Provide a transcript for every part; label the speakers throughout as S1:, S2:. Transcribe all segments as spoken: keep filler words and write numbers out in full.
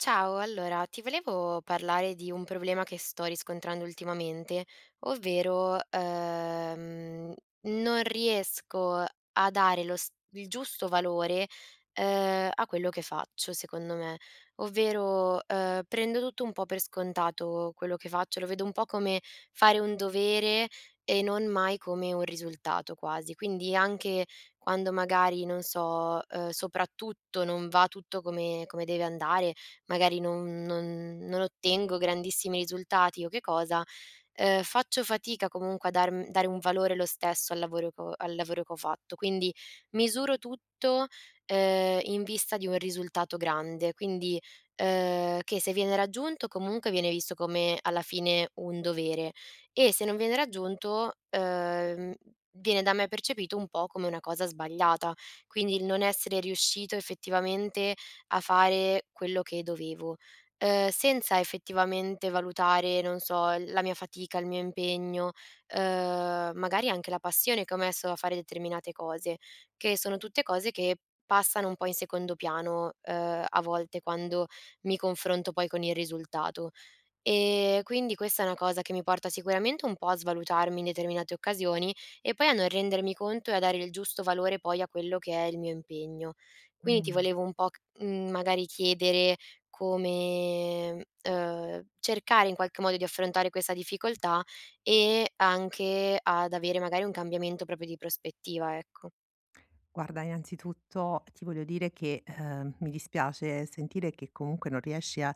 S1: Ciao, allora ti volevo parlare di un problema che sto riscontrando ultimamente, ovvero, ehm, non riesco a dare lo s il giusto valore, ehm, a quello che faccio secondo me. Ovvero, ehm, prendo tutto un po' per scontato quello che faccio, lo vedo un po' come fare un dovere e non mai come un risultato quasi. Quindi anche quando magari, non so, ehm, soprattutto non va tutto come come deve andare, magari non non non ottengo grandissimi risultati o che cosa, ehm, faccio fatica comunque a darm dare un valore lo stesso al lavoro che ho al lavoro che ho fatto. Quindi misuro tutto, ehm, in vista di un risultato grande, quindi, ehm, che se viene raggiunto comunque viene visto come alla fine un dovere, e se non viene raggiunto, ehm, viene da me percepito un po' come una cosa sbagliata. Quindi il non essere riuscito effettivamente a fare quello che dovevo, ehm, senza effettivamente valutare, non so, la mia fatica, il mio impegno, ehm, magari anche la passione che ho messo a fare determinate cose, che sono tutte cose che passano un po' in secondo piano, ehm, a volte quando mi confronto poi con il risultato. Ehm, quindi questa è una cosa che mi porta sicuramente un po' a svalutarmi in determinate occasioni e poi a non rendermi conto e a dare il giusto valore poi a quello che è il mio impegno. Quindi ti
S2: Mh.
S1: volevo un po' c mhmm, magari chiedere come, uhm, cercare in qualche modo di affrontare questa difficoltà e anche ad avere magari un cambiamento proprio di prospettiva, ecco.
S2: Guarda, innanzitutto ti voglio dire che, ehm, mi dispiace sentire che comunque non riesci a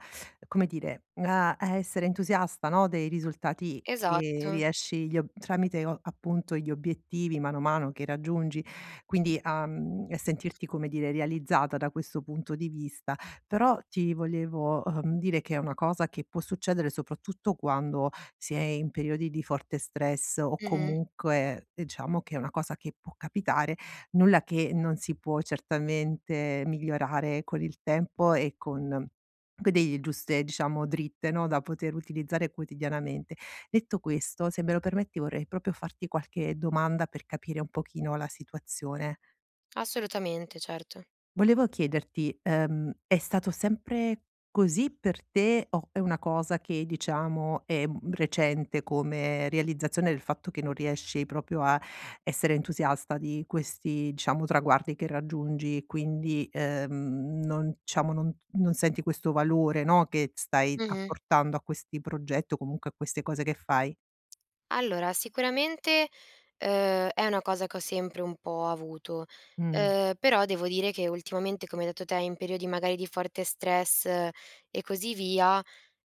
S2: come dire, a a essere entusiasta, no, dei risultati che
S1: Esatto.
S2: riesci gli ob tramite o appunto gli obiettivi mano a mano che raggiungi, quindi a mhmm, e sentirti, come dire, realizzata da questo punto di vista. Però ti volevo, ehm, dire che è una cosa che può succedere soprattutto quando si è in periodi di forte stress o
S1: Mh-mh.
S2: comunque diciamo che è una cosa che può capitare nulla che non si può certamente migliorare con il tempo e con con delle giuste, diciamo, dritte, no, da poter utilizzare quotidianamente. Detto questo, se me lo permetti vorrei proprio farti qualche domanda per capire un pochino la situazione.
S1: Assolutamente, certo.
S2: Volevo chiederti, ehm, è stato sempre così per te o è una cosa che diciamo è m- recente come realizzazione del fatto che non riesci proprio a essere entusiasta di questi diciamo traguardi che raggiungi, quindi ehm, non, diciamo, non, non senti questo valore no, che stai
S1: Mh-mh.
S2: apportando a questi progetti o comunque a queste cose che fai?
S1: Allora, sicuramente, ehm, è una cosa che ho sempre un po' avuto,
S2: Mm,
S1: ehm, però devo dire che ultimamente, come hai detto te, in periodi magari di forte stress, eh, e così via,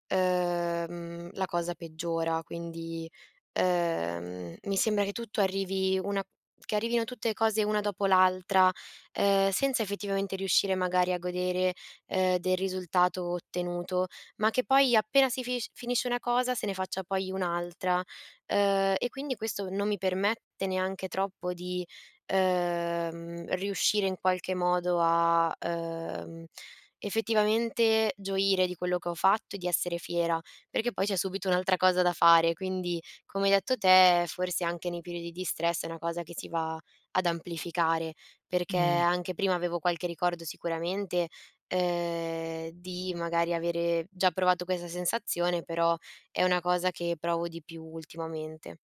S1: ehm, la cosa peggiora, quindi, ehm, mi sembra che tutto arrivi una che arrivino tutte le cose una dopo l'altra, ehm, senza effettivamente riuscire magari a godere, ehm, del risultato ottenuto, ma che poi appena si finisc finisce una cosa se ne faccia poi un'altra. Ehm, e quindi questo non mi permette neanche troppo di, ehm, riuscire in qualche modo a, ehm effettivamente gioire di quello che ho fatto e di essere fiera, perché poi c'è subito un'altra cosa da fare, quindi come hai detto te forse anche nei periodi di stress è una cosa che si va ad amplificare, perché
S2: mm.
S1: anche prima avevo qualche ricordo sicuramente, ehm, di magari avere già provato questa sensazione, però è una cosa che provo di più ultimamente.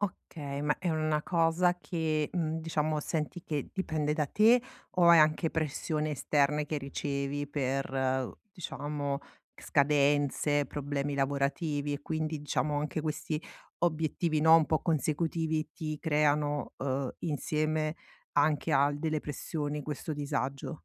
S2: Okay, ma è una cosa che, mhmm, diciamo senti che dipende da te o è anche pressione esterne che ricevi per, diciamo, scadenze, problemi lavorativi e quindi, diciamo, anche questi obiettivi, no, un po' consecutivi ti creano, uhm, insieme anche a delle pressioni questo disagio?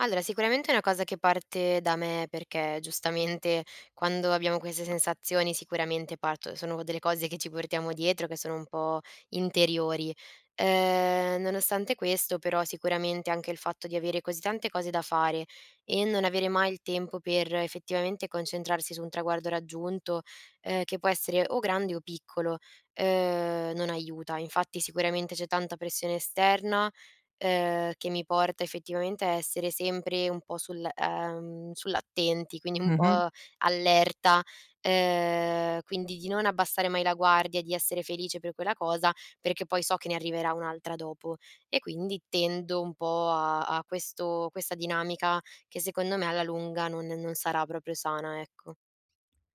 S1: Allora, sicuramente è una cosa che parte da me perché giustamente quando abbiamo queste sensazioni sicuramente parto sono delle cose che ci portiamo dietro, che sono un po' interiori. Ehm, nonostante questo però sicuramente anche il fatto di avere così tante cose da fare e non avere mai il tempo per effettivamente concentrarsi su un traguardo raggiunto, ehm, che può essere o grande o piccolo, ehm, non aiuta. Infatti sicuramente c'è tanta pressione esterna, ehm, che mi porta effettivamente a essere sempre un po' sul ehm, sull'attenti, quindi un
S2: Mh-mh.
S1: po' allerta, ehm, quindi di non abbassare mai la guardia, di essere felice per quella cosa, perché poi so che ne arriverà un'altra dopo. E quindi tendo un po' a a questo questa dinamica che secondo me alla lunga non non sarà proprio sana, ecco.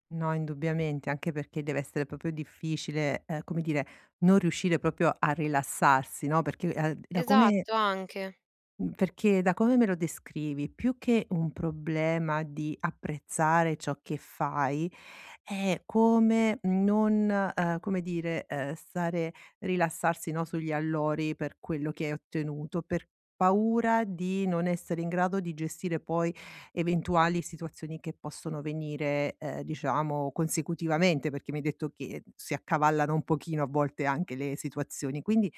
S2: No, indubbiamente, anche perché deve essere proprio difficile, ehm, come dire, non riuscire proprio a rilassarsi, no, perché, ehm, da come
S1: Esatto, anche.
S2: Mhmm, perché da come me lo descrivi, più che un problema di apprezzare ciò che fai, è come non, ehm, come dire, ehm, stare rilassarsi, no, sugli allori per quello che hai ottenuto, per paura di non essere in grado di gestire poi eventuali situazioni che possono venire, ehm, diciamo consecutivamente, perché mi hai detto che si accavallano un pochino a volte anche le situazioni. Quindi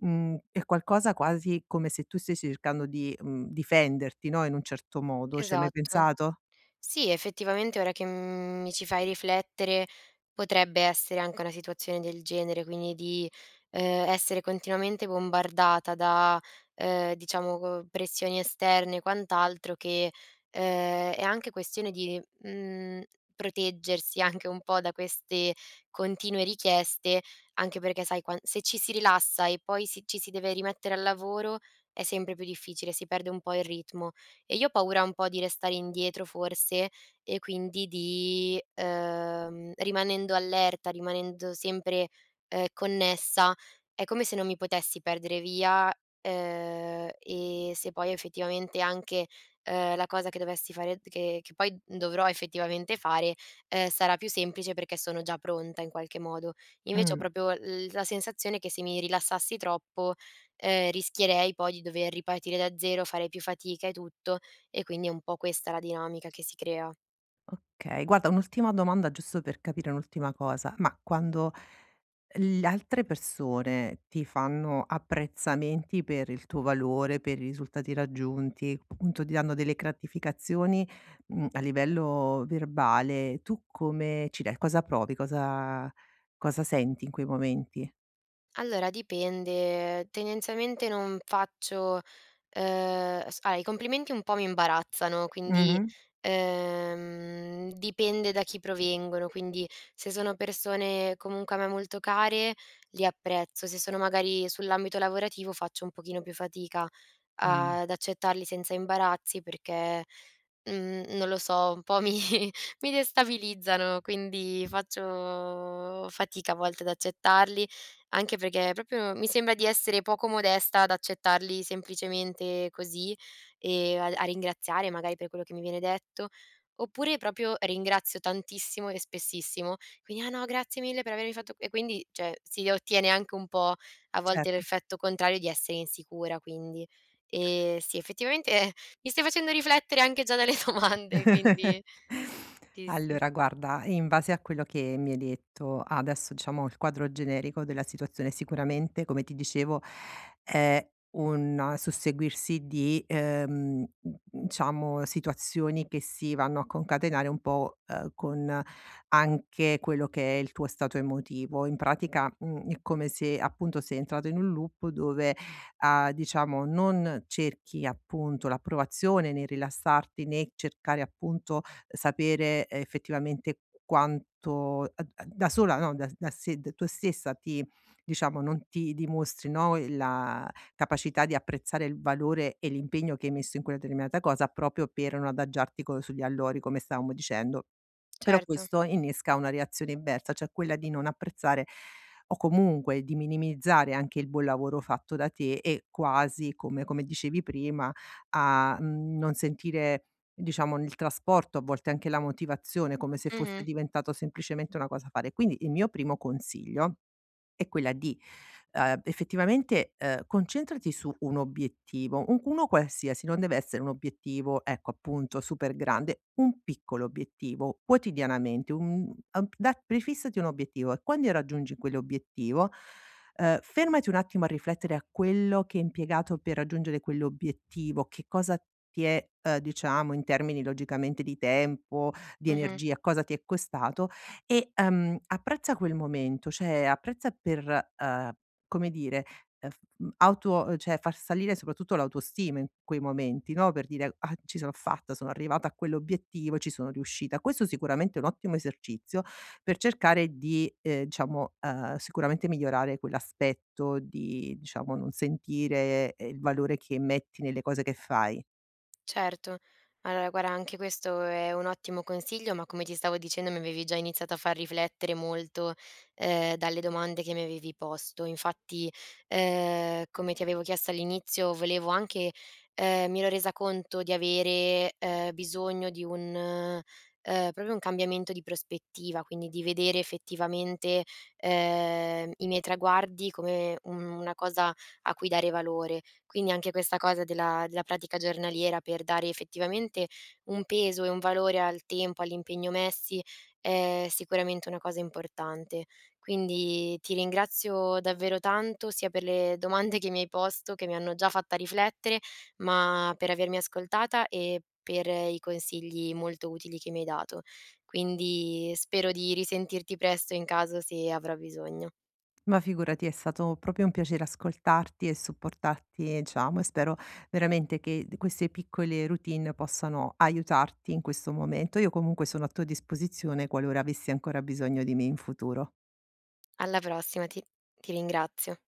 S2: Mhmm, è qualcosa quasi come se tu stessi cercando di, mhmm, difenderti, no, in un certo modo, ci hai mai
S1: Esatto.
S2: pensato?
S1: Sì, effettivamente ora che mi ci fai riflettere potrebbe essere anche una situazione del genere, quindi di, ehm, essere continuamente bombardata da, ehm, diciamo, uhm, pressioni esterne e quant'altro che, ehm, è anche questione di, mhmm, proteggersi anche un po' da queste continue richieste, anche perché sai quan se ci si rilassa e poi si ci si deve rimettere al lavoro è sempre più difficile, si perde un po' il ritmo. E io ho paura un po' di restare indietro forse e quindi di, ehm, rimanendo allerta, rimanendo sempre, ehm, connessa, è come se non mi potessi perdere via, ehm, e se poi effettivamente anche, ehm, la cosa che dovessi fare che che poi dovrò effettivamente fare, ehm, sarà più semplice perché sono già pronta in qualche modo. Invece ho
S2: Mh,
S1: proprio l la sensazione che se mi rilassassi troppo, ehm, rischierei poi di dover ripartire da zero, fare più fatica e tutto, e quindi è un po' questa la dinamica che si crea.
S2: okay. Guarda, un'ultima domanda giusto per capire un'ultima cosa, ma quando le altre persone ti fanno apprezzamenti per il tuo valore, per i risultati raggiunti, appunto ti danno delle gratificazioni, mhmm, a livello verbale, tu come ci re cosa provi? Cosa cosa senti in quei momenti?
S1: Allora dipende, tendenzialmente non faccio ehm, s ah, i complimenti un po' mi imbarazzano, quindi,
S2: Mh-mh.
S1: ehm, dipende da chi provengono, quindi se sono persone comunque a me molto care, li apprezzo, se sono magari sull'ambito lavorativo faccio un pochino più fatica
S2: Mh,
S1: ad accettarli senza imbarazzi perché, mhmm, non lo so, un po' mi mi destabilizzano, quindi faccio fatica a volte ad accettarli, anche perché proprio mi sembra di essere poco modesta ad accettarli semplicemente così e a a ringraziare magari per quello che mi viene detto, oppure proprio ringrazio tantissimo e spessissimo, quindi: "Ah no, grazie mille per avermi fatto" e quindi, cioè, si ottiene anche un po' a volte
S2: certo.
S1: l'effetto contrario di essere insicura, quindi. Ehm, sì, effettivamente eh, mi stai facendo riflettere anche già dalle domande, quindi sì, sì,
S2: Allora guarda, in base a quello che mi hai detto adesso diciamo il quadro generico della situazione sicuramente, come ti dicevo, è un susseguirsi di, ehm, diciamo situazioni che si vanno a concatenare un po', ehm, con anche quello che è il tuo stato emotivo. In pratica, mhmm, è come se appunto sei entrato in un loop dove a diciamo non cerchi appunto l'approvazione nel rilassarti, né cercare appunto sapere eh, effettivamente quanto a a da sola no, da da se da tu stessa ti diciamo non ti dimostri, no, il la capacità di apprezzare il valore e l'impegno che hai messo in quella determinata cosa, proprio per non adagiarti co sugli allori, come stavamo dicendo. Però
S1: certo.
S2: questo innesca una reazione inversa, cioè quella di non apprezzare o comunque di minimizzare anche il buon lavoro fatto da te e quasi, come come dicevi prima, a, mhmm, non sentire diciamo nel trasporto, a volte anche la motivazione, come se fosse
S1: Mh-mh,
S2: diventato semplicemente una cosa a fare. Quindi il mio primo consiglio è quella di, uhm, effettivamente, uhm, concentrati su un obiettivo, un uno qualsiasi, non deve essere un obiettivo, ecco, appunto, super grande, un piccolo obiettivo quotidianamente, un uhm, da prefissati un obiettivo e quando raggiungi quell'obiettivo, uhm, fermati un attimo a riflettere a quello che hai impiegato per raggiungere quell'obiettivo, che cosa ti è, uhm, diciamo in termini logicamente di tempo, di
S1: mh-mh.
S2: energia, cosa ti è costato e, ehm, apprezza quel momento, cioè apprezza per, ehm, come dire, ehm, f mhmm, auto ehm, cioè far salire soprattutto l'autostima in quei momenti, no, per dire: "Ah, ci sono fatta, sono arrivata a quell'obiettivo, ci sono riuscita." Questo sicuramente è un ottimo esercizio per cercare di, ehm, diciamo, ehm, sicuramente migliorare quell'aspetto di, diciamo, non sentire, ehm, il valore che metti nelle cose che fai.
S1: Certo. Allora guarda, anche questo è un ottimo consiglio, ma come ti stavo dicendo mi avevi già iniziato a far riflettere molto, ehm, dalle domande che mi avevi posto. Infatti, ehm, come ti avevo chiesto all'inizio, volevo anche ehm, mi ero resa conto di avere, ehm, bisogno di un ehm, proprio un cambiamento di prospettiva, quindi di vedere effettivamente, ehm, i miei traguardi come un una cosa a cui dare valore. Quindi anche questa cosa della della pratica giornaliera per dare effettivamente un peso e un valore al tempo, all'impegno messi, è sicuramente una cosa importante. Quindi ti ringrazio davvero tanto sia per le domande che mi hai posto, che mi hanno già fatta riflettere, ma per avermi ascoltata e per i consigli molto utili che mi hai dato. Quindi spero di risentirti presto in caso se avrò bisogno.
S2: Ma figurati, è stato proprio un piacere ascoltarti e supportarti, diciamo, e spero veramente che queste piccole routine possano aiutarti in questo momento. Io comunque sono a tua disposizione qualora avessi ancora bisogno di me in futuro.
S1: Alla prossima, ti ti ringrazio.